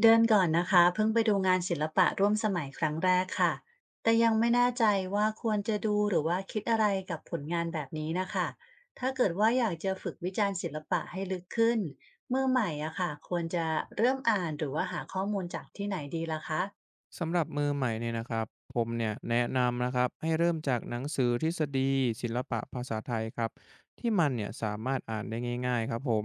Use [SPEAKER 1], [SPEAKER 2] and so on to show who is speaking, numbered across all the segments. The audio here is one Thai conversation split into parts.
[SPEAKER 1] เดือนก่อนนะคะเพิ่งไปดูงานศิลปะร่วมสมัยครั้งแรกค่ะแต่ยังไม่แน่ใจว่าควรจะดูหรือว่าคิดอะไรกับผลงานแบบนี้นะคะถ้าเกิดว่าอยากจะฝึกวิจารณ์ศิลปะให้ลึกขึ้นมือใหม่อะค่ะควรจะเริ่มอ่านหรือว่าหาข้อมูลจากที่ไหนดีล่ะคะ
[SPEAKER 2] สำหรับมือใหม่เนี่ยนะครับผมเนี่ยแนะนำนะครับให้เริ่มจากหนังสือทฤษฎีศิลปะภาษาไทยครับที่มันเนี่ยสามารถอ่านได้ง่ายๆครับผม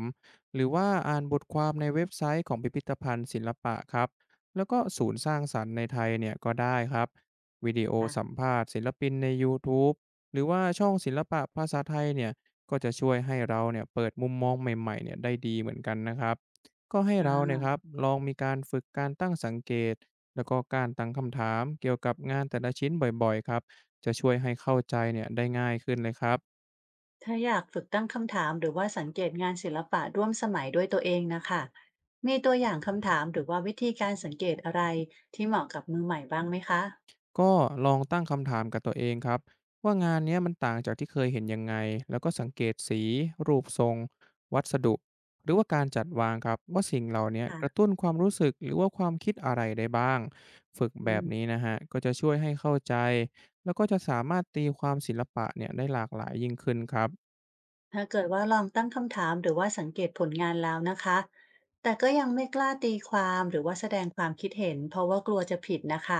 [SPEAKER 2] หรือว่าอ่านบทความในเว็บไซต์ของพิพิธภัณฑ์ศิลปะครับแล้วก็ศูนย์สร้างสรรค์ในไทยเนี่ยก็ได้ครับวิดีโอ
[SPEAKER 1] อ่ะ
[SPEAKER 2] สัมภาษณ์ศิลปินใน YouTube หรือว่าช่องศิลปะภาษาไทยเนี่ยก็จะช่วยให้เราเนี่ยเปิดมุมมองใหม่ๆเนี่ยได้ดีเหมือนกันนะครับก็ให้
[SPEAKER 1] อ่
[SPEAKER 2] เราเนี่ยค
[SPEAKER 1] า
[SPEAKER 2] รับลองมีการฝึกการตั้งสังเกต แล้วก็การตั้งคำถามเกี่ยวกับงานแต่ละชิ้นบ่อยๆครับจะช่วยให้เข้าใจเนี่ยได้ง่ายขึ้นเลยครับ
[SPEAKER 1] ถ้าอยากฝึกตั้งคำถามหรือว่าสังเกตงานศิลปะร่วมสมัยด้วยตัวเองนะคะมีตัวอย่างคำถามหรือว่าวิธีการสังเกตอะไรที่เหมาะกับมือใหม่บ้างไหมคะ
[SPEAKER 2] ก็ลองตั้งคำถามกับตัวเองครับว่างานเนี้ยมันต่างจากที่เคยเห็นยังไงแล้วก็สังเกตสีรูปทรงวัสดุหรือว่าการจัดวางครับว่าสิ่งเหล่าเนี้ยกระ
[SPEAKER 1] ค่ะ
[SPEAKER 2] ตุ้นความรู้สึกหรือว่าความคิดอะไรได้บ้างฝึกแบ
[SPEAKER 1] อื
[SPEAKER 2] บ
[SPEAKER 1] ม
[SPEAKER 2] นี้นะฮะก็จะช่วยให้เข้าใจแล้วก็จะสามารถตีความศิลปะเนี่ยได้หลากหลายยิ่งขึ้นครับ
[SPEAKER 1] ถ้าเกิดว่าลองตั้งคำถามหรือว่าสังเกตผลงานแล้วนะคะแต่ก็ยังไม่กล้าตีความหรือว่าแสดงความคิดเห็นเพราะว่ากลัวจะผิดนะคะ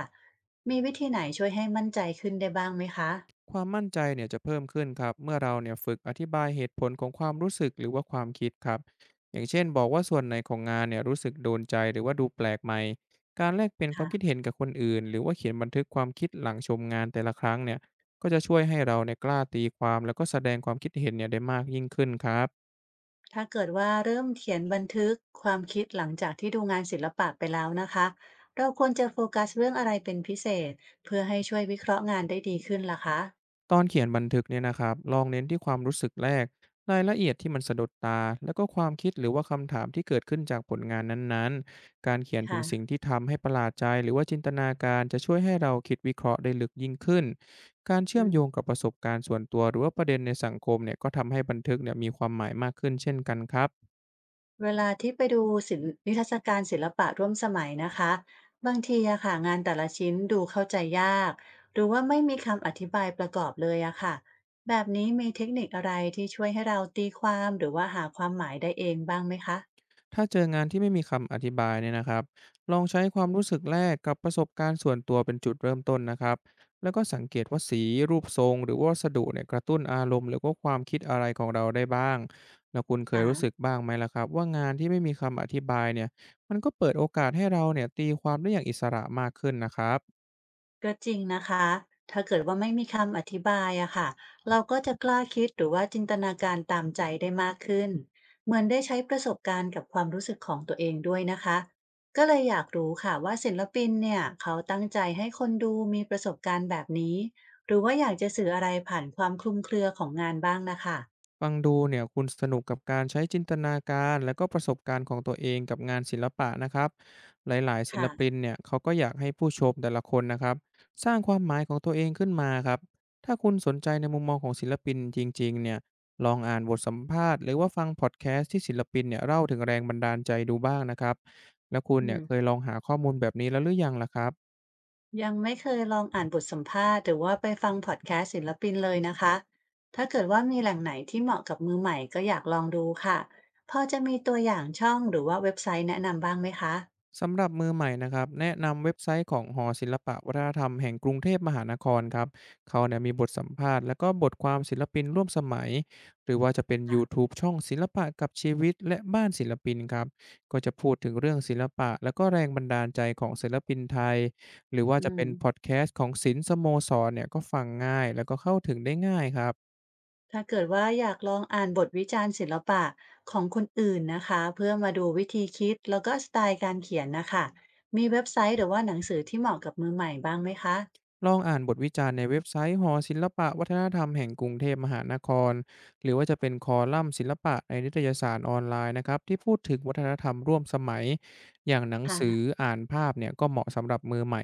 [SPEAKER 1] มีวิธีไหนช่วยให้มั่นใจขึ้นได้บ้างไหมคะ
[SPEAKER 2] ความมั่นใจเนี่ยจะเพิ่มขึ้นครับเมื่อเราเนี่ยฝึกอธิบายเหตุผลของความรู้สึกหรือว่าความคิดครับอย่างเช่นบอกว่าส่วนไหนของงานเนี่ยรู้สึกโดนใจหรือว่าดูแปลกใหม่การแลกเปลี่ยนความคิด
[SPEAKER 1] ค่ะ
[SPEAKER 2] เห็นกับคนอื่นหรือว่าเขียนบันทึกความคิดหลังชมงานแต่ละครั้งเนี่ยก็จะช่วยให้เราเนี่ยกล้าตีความแล้วก็แสดงความคิดเห็นเนี่ยได้มากยิ่งขึ้นครับ
[SPEAKER 1] ถ้าเกิดว่าเริ่มเขียนบันทึกความคิดหลังจากที่ดูงานศิลปะไปแล้วนะคะ เราควรจะโฟกัสเรื่องอะไรเป็นพิเศษเพื่อให้ช่วยวิเคราะห์งานได้ดีขึ้นล่ะคะ
[SPEAKER 2] ตอนเขียนบันทึกเนี่ยนะครับ ลองเน้นที่ความรู้สึกแรกรายละเอียดที่มันสะดุดตาแล้วก็ความคิดหรือว่าคำถามที่เกิดขึ้นจากผลงานนั้นๆการเขียนถึ
[SPEAKER 1] ค่ะ
[SPEAKER 2] งสิ่งที่ทำให้ประหลาดใจหรือว่าจินตนาการจะช่วยให้เราคิดวิเคราะห์ได้ลึกยิ่งขึ้นการเชื่
[SPEAKER 1] อื
[SPEAKER 2] อม
[SPEAKER 1] ม
[SPEAKER 2] โยงกับประสบการณ์ส่วนตัวหรือว่าประเด็นในสังคมเนี่ยก็ทำให้บันทึกเนี่ยมีความหมายมากขึ้นเช่นกันครับ
[SPEAKER 1] เวลาที่ไปดูศิลป์นิทรรศการศิลปะร่วมสมัยนะคะบางทีอะค่ะงานแต่ละชิ้นดูเข้าใจยากหรือว่าไม่มีคำอธิบายประกอบเลยอะค่ะแบบนี้มีเทคนิคอะไรที่ช่วยให้เราตีความหรือว่าหาความหมายได้เองบ้างไหมคะ
[SPEAKER 2] ถ้าเจองานที่ไม่มีคำอธิบายเนี่ยนะครับลองใช้ความรู้สึกแรกกับประสบการณ์ส่วนตัวเป็นจุดเริ่มต้นนะครับแล้วก็สังเกตว่าสีรูปทรงหรือว่าวัสดุเนี่ยกระตุ้นอารมณ์หรือว่าความคิดอะไรของเราได้บ้างแล้วคุณเค
[SPEAKER 1] อ่
[SPEAKER 2] ยรู้สึก
[SPEAKER 1] า
[SPEAKER 2] บ้างไหมล่ะครับว่างานที่ไม่มีคำอธิบายเนี่ยมันก็เปิดโอกาสให้เราเนี่ยตีความได้อย่างอิสระมากขึ้นนะครับ
[SPEAKER 1] ก็จริงนะคะ ถ้าเกิดว่าไม่มีคำอธิบายอะค่ะเราก็จะกล้าคิดหรือว่าจินตนาการตามใจได้มากขึ้น เหมือนได้ใช้ประสบการณ์กับความรู้สึกของตัวเองด้วยนะคะ ก็เลยอยากรู้ค่ะว่าศิลปินเนี่ยเขาตั้งใจให้คนดูมีประสบการณ์แบบนี้ หรือว่าอยากจะสื่ออะไรผ่านความคลุมเครือของงานบ้างนะคะ
[SPEAKER 2] ฟังดูเนี่ยคุณสนุกกับการใช้จินตนาการและก็ประสบการณ์ของตัวเองกับงานศิลปะนะครับหลายๆศิล
[SPEAKER 1] ค่ะ
[SPEAKER 2] ปินเนี่ยเขาก็อยากให้ผู้ชมแต่ละคนนะครับสร้างความหมายของตัวเองขึ้นมาครับถ้าคุณสนใจในมุมมองของศิลปินจริงๆเนี่ยลองอ่านบทสัมภาษณ์หรือว่าฟังพอดแคสต์ที่ศิลปินเนี่ยเล่าถึงแรงบันดาลใจดูบ้างนะครับแล้วคุณ
[SPEAKER 1] อื
[SPEAKER 2] เนี่ย
[SPEAKER 1] ม
[SPEAKER 2] เคยลองหาข้อมูลแบบนี้แล้วหรือยังล่ะครับ
[SPEAKER 1] ยังไม่เคยลองอ่านบทสัมภาษณ์หรือว่าไปฟังพอดแคสต์ศิลปินเลยนะคะ ถ้าเกิดว่ามีแหล่งไหนที่เหมาะกับมือใหม่ก็อยากลองดูค่ะพอจะมีตัวอย่างช่องหรือว่าเว็บไซต์แนะนำบ้างไหมคะ
[SPEAKER 2] สำหรับมือใหม่นะครับแนะนำเว็บไซต์ของหอศิลปะวัฒนธรรมแห่งกรุงเทพมหานครครับเขาเนี่ยมีบทสัมภาษณ์และก็บทความศิลปินร่วมสมัยหรือว่าจะเป็น YouTube ช่องศิลปะกับชีวิตและบ้านศิลปินครับก็จะพูดถึงเรื่องศิลปะและก็แรงบันดาลใจของศิลปินไทยหรือว่า
[SPEAKER 1] อื
[SPEAKER 2] จะ
[SPEAKER 1] ม
[SPEAKER 2] เป็นพอดแคสต์ของศิลป์สโมสรเนี่ยก็ฟังง่ายแล้วก็เข้าถึงได้ง่ายครับ
[SPEAKER 1] ถ้าเกิดว่าอยากลองอ่านบทวิจารณ์ศิลปะของคนอื่นนะคะเพื่อมาดูวิธีคิดแล้วก็สไตล์การเขียนนะคะมีเว็บไซต์หรือว่าหนังสือที่เหมาะกับมือใหม่บ้างไหมคะ
[SPEAKER 2] ลองอ่านบทวิจารณ์ในเว็บไซต์หอศิลปะวัฒนธรรมแห่งกรุงเทพมหานครหรือว่าจะเป็นคอลัมน์ศิลปะในนิตยสารออนไลน์นะครับที่พูดถึงวัฒนธรรมร่วมสมัยอย่างหนังสื
[SPEAKER 1] ค่ะ
[SPEAKER 2] ออ่านภาพเนี่ยก็เหมาะสำหรับมือใหม่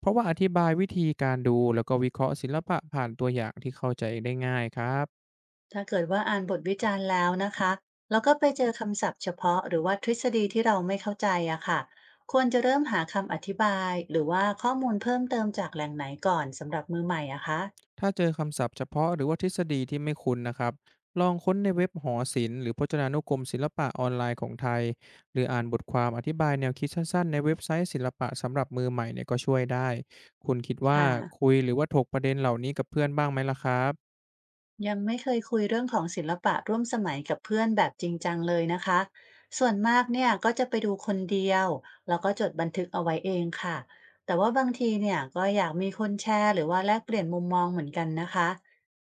[SPEAKER 2] เพราะว่าอธิบายวิธีการดูแล้วก็วิเคราะห์ศิลปะผ่านตัวอย่างที่เข้าใจได้ง่ายครับ
[SPEAKER 1] ถ้าเกิดว่าอ่านบทวิจารณ์แล้วนะคะแล้วก็ไปเจอคำศัพท์เฉพาะหรือว่าทฤษฎีที่เราไม่เข้าใจอะค่ะควรจะเริ่มหาคำอธิบายหรือว่าข้อมูลเพิ่มเติมจากแหล่งไหนก่อนสำหรับมือใหม่อะคะ
[SPEAKER 2] ถ้าเจอคำศัพท์เฉพาะหรือว่าทฤษฎีที่ไม่คุ้นนะครับ ลองค้นในเว็บหอศิลป์หรือพจนานุกรมศิลปะออนไลน์ของไทยหรืออ่านบทความอธิบายแนวคิดสั้นๆในเว็บไซต์ศิลปะสำหรับมือใหม่เนี่ยก็ช่วยได้ คุณคิดว่า
[SPEAKER 1] ค่ะ
[SPEAKER 2] คุยหรือว่าถกประเด็นเหล่านี้กับเพื่อนบ้างไหมล่ะครับ
[SPEAKER 1] ยังไม่เคยคุยเรื่องของศิลปะร่วมสมัยกับเพื่อนแบบจริงจังเลยนะคะ ส่วนมากเนี่ยก็จะไปดูคนเดียวแล้วก็จดบันทึกเอาไว้เองค่ะ แต่ว่าบางทีเนี่ยก็อยากมีคนแชร์หรือว่าแลกเปลี่ยนมุมมองเหมือนกันนะคะ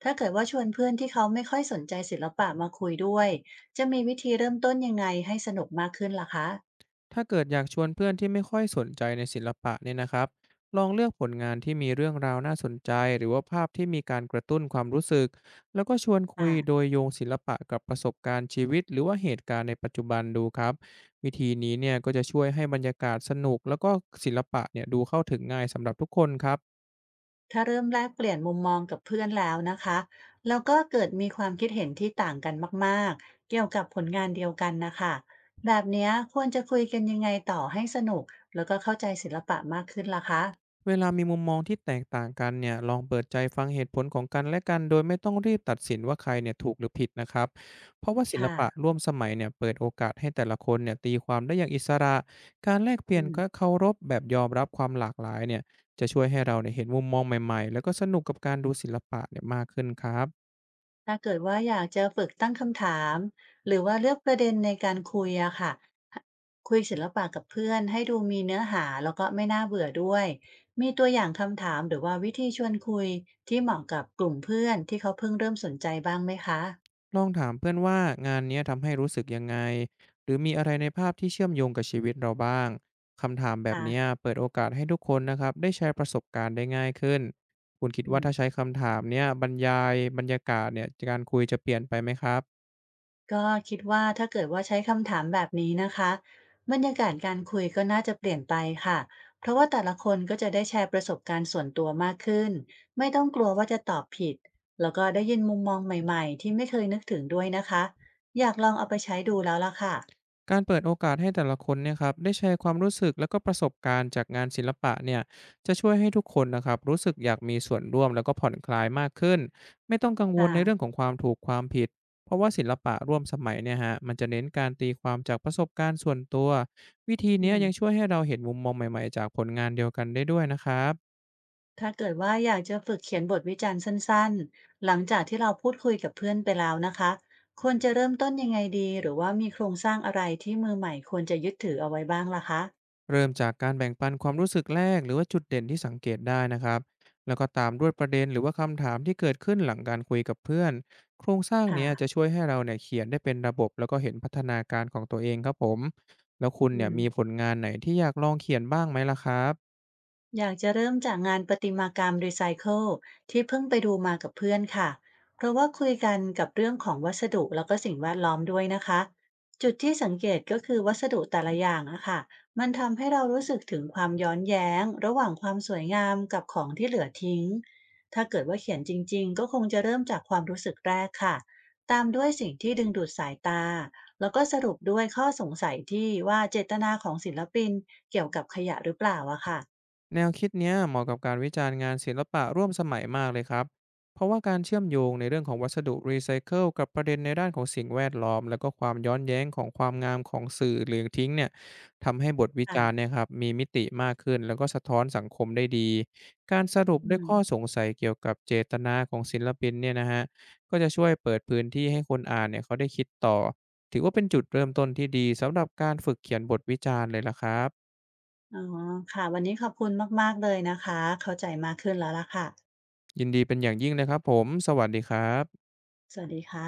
[SPEAKER 1] ถ้าเกิดว่าชวนเพื่อนที่เขาไม่ค่อยสนใจศิลปะมาคุยด้วย จะมีวิธีเริ่มต้นยังไงให้สนุกมากขึ้นล่ะคะ
[SPEAKER 2] ถ้าเกิดอยากชวนเพื่อนที่ไม่ค่อยสนใจในศิลปะเนี่ยนะครับลองเลือกผลงานที่มีเรื่องราวน่าสนใจหรือว่าภาพที่มีการกระตุ้นความรู้สึก แล้วก็ชวนคุยโด
[SPEAKER 1] อ่า
[SPEAKER 2] ยโยงศิลปะกับประสบการณ์ชีวิตหรือว่าเหตุการณ์ในปัจจุบันดูครับ วิธีนี้เนี่ยก็จะช่วยให้บรรยากาศสนุกแล้วก็ศิลปะเนี่ยดูเข้าถึงง่ายสำหรับทุกคนครับ
[SPEAKER 1] ถ้าเริ่มแลกเปลี่ยนมุมมองกับเพื่อนแล้วนะคะ แล้วก็เกิดมีความคิดเห็นที่ต่างกันมากๆ เกี่ยวกับผลงานเดียวกันนะคะ แบบเนี้ยควรจะคุยกันยังไงต่อให้สนุกแล้วก็เข้าใจศิลปะมากขึ้นล่ะคะ
[SPEAKER 2] เวลามีมุมมองที่แตกต่างกันเนี่ยลองเปิดใจฟังเหตุผลของกันและกันโดยไม่ต้องรีบตัดสินว่าใครเนี่ยถูกหรือผิดนะครับเพราะว่าศิล
[SPEAKER 1] ค่ะ
[SPEAKER 2] ปะร่วมสมัยเนี่ยเปิดโอกาสให้แต่ละคนเนี่ยตีความได้อย่างอิสระการแลกเปลี่
[SPEAKER 1] อื
[SPEAKER 2] ยนก็
[SPEAKER 1] ม
[SPEAKER 2] เคารพแบบยอมรับความหลากหลายเนี่ยจะช่วยให้เราเนี่ยเห็นมุมมองใหม่ๆแล้วก็สนุกกับการดูศิลปะเนี่ยมากขึ้นครับ
[SPEAKER 1] ถ้าเกิดว่าอยากจะฝึกตั้งคำถามหรือว่าเลือกประเด็นในการคุยอะค่ะคุยศิลปะกับเพื่อนให้ดูมีเนื้อหาแล้วก็ไม่น่าเบื่อด้วยมีตัวอย่างคำถามหรือว่าวิธีชวนคุยที่เหมาะกับกลุ่มเพื่อนที่เขาเพิ่งเริ่มสนใจบ้างไหมคะ
[SPEAKER 2] ลองถามเพื่อนว่างานเนี้ยทำให้รู้สึกยังไง หรือมีอะไรในภาพที่เชื่อมโยงกับชีวิตเราบ้าง คำถามแบบ
[SPEAKER 1] ค่ะ
[SPEAKER 2] เนี้ยเปิดโอกาสให้ทุกคนนะครับได้ใช้ประสบการณ์ได้ง่ายขึ้น คุณคิด
[SPEAKER 1] อื
[SPEAKER 2] ว่า
[SPEAKER 1] ม
[SPEAKER 2] ถ้าใช้คำถามเนี้ยบรรยายบรรยากาศเนี่ยการคุยจะเปลี่ยนไปไหมครับ
[SPEAKER 1] ก็คิดว่าถ้าเกิดว่าใช้คำถามแบบนี้นะคะบรรยากาศการคุยก็น่าจะเปลี่ยนไปค่ะเพราะว่าแต่ละคนก็จะได้แชร์ประสบการณ์ส่วนตัวมากขึ้นไม่ต้องกลัวว่าจะตอบผิดแล้วก็ได้ยินมุมมองใหม่ๆที่ไม่เคยนึกถึงด้วยนะคะอยากลองเอาไปใช้ดูแล้วล่ะค่ะ
[SPEAKER 2] การเปิดโอกาสให้แต่ละคนเนี่ยครับได้แชร์ความรู้สึกแล้วก็ประสบการณ์จากงานศิลปะเนี่ยจะช่วยให้ทุกคนนะครับรู้สึกอยากมีส่วนร่วมแล้วก็ผ่อนคลายมากขึ้นไม่ต้องกังวล
[SPEAKER 1] ค่ะ
[SPEAKER 2] ในเรื่องของความถูกความผิดเพราะว่าศิลปะร่วมสมัยเนี่ยฮะมันจะเน้นการตีความจากประสบการณ์ส่วนตัววิธี
[SPEAKER 1] อื
[SPEAKER 2] เนี้ย
[SPEAKER 1] ม
[SPEAKER 2] ยังช่วยให้เราเห็นมุมมองใหม่ๆจากผลงานเดียวกันได้ด้วยนะครับ
[SPEAKER 1] ถ้าเกิดว่าอยากจะฝึกเขียนบทวิจารณ์สั้นๆหลังจากที่เราพูดคุยกับเพื่อนไปแล้วนะคะควรจะเริ่มต้นยังไงดีหรือว่ามีโครงสร้างอะไรที่มือใหม่ควรจะยึดถือเอาไว้บ้างล่ะคะ
[SPEAKER 2] เริ่มจากการแบ่งปันความรู้สึกแรกหรือว่าจุดเด่นที่สังเกตได้นะครับแล้วก็ตามด้วยประเด็นหรือว่าคำถามที่เกิดขึ้นหลังการคุยกับเพื่อนโครงสร้างเนี้ยจะ
[SPEAKER 1] ค่ะ
[SPEAKER 2] ช่วยให้เราเนี่ยเขียนได้เป็นระบบแล้วก็เห็นพัฒนาการของตัวเองครับผมแล้วคุณ
[SPEAKER 1] อื
[SPEAKER 2] เนี่ย
[SPEAKER 1] ม
[SPEAKER 2] มีผลงานไหนที่อยากลองเขียนบ้างไหมล่ะครับ
[SPEAKER 1] อยากจะเริ่มจากงานประติมากรรมรีไซเคิลที่เพิ่งไปดูมากับเพื่อนค่ะ เพราะว่าคุยกันกับเรื่องของวัสดุแล้วก็สิ่งแวดล้อมด้วยนะคะ จุดที่สังเกตก็คือวัสดุแต่ละอย่างอะค่ะมันทำให้เรารู้สึกถึงความย้อนแย้งระหว่างความสวยงามกับของที่เหลือทิ้ง ถ้าเกิดว่าเขียนจริงๆก็คงจะเริ่มจากความรู้สึกแรกค่ะตามด้วยสิ่งที่ดึงดูดสายตาแล้วก็สรุปด้วยข้อสงสัยที่ว่าเจตนาของศิลปินเกี่ยวกับขยะหรือเปล่าอะค่ะ
[SPEAKER 2] แนวคิดเนี้ยเหมาะกับการวิจารณ์งานศิลปะร่วมสมัยมากเลยครับ เพราะว่าการเชื่อมโยงในเรื่องของวัสดุรีไซเคิลกับประเด็นในด้านของสิ่งแวดล้อมแล้วก็ความย้อนแย้งของความงามของสื่อหรือทิ้งเนี่ยทำให้บทวิจารณ์เนี่ยครับมีมิติมากขึ้นแล้วก็สะท้อนสังคมได้ดีการสรุป
[SPEAKER 1] อื
[SPEAKER 2] ด้วย
[SPEAKER 1] ม
[SPEAKER 2] ข้อสงสัยเกี่ยวกับเจตนาของศิลปินเนี่ยนะฮะก็จะช่วยเปิดพื้นที่ให้คนอ่านเนี่ยเขาได้คิดต่อถือว่าเป็นจุดเริ่มต้นที่ดีสำหรับการฝึกเขียนบทวิจารณ์เลยละครับ
[SPEAKER 1] อ๋อค่ะวันนี้ขอบคุณมากๆเลยนะคะเข้าใจมากขึ้นแล้วล่ะค่ะ
[SPEAKER 2] ยินดีเป็นอย่างยิ่งเลยครับผมสวัสดีครับ
[SPEAKER 1] สวัสดีค่ะ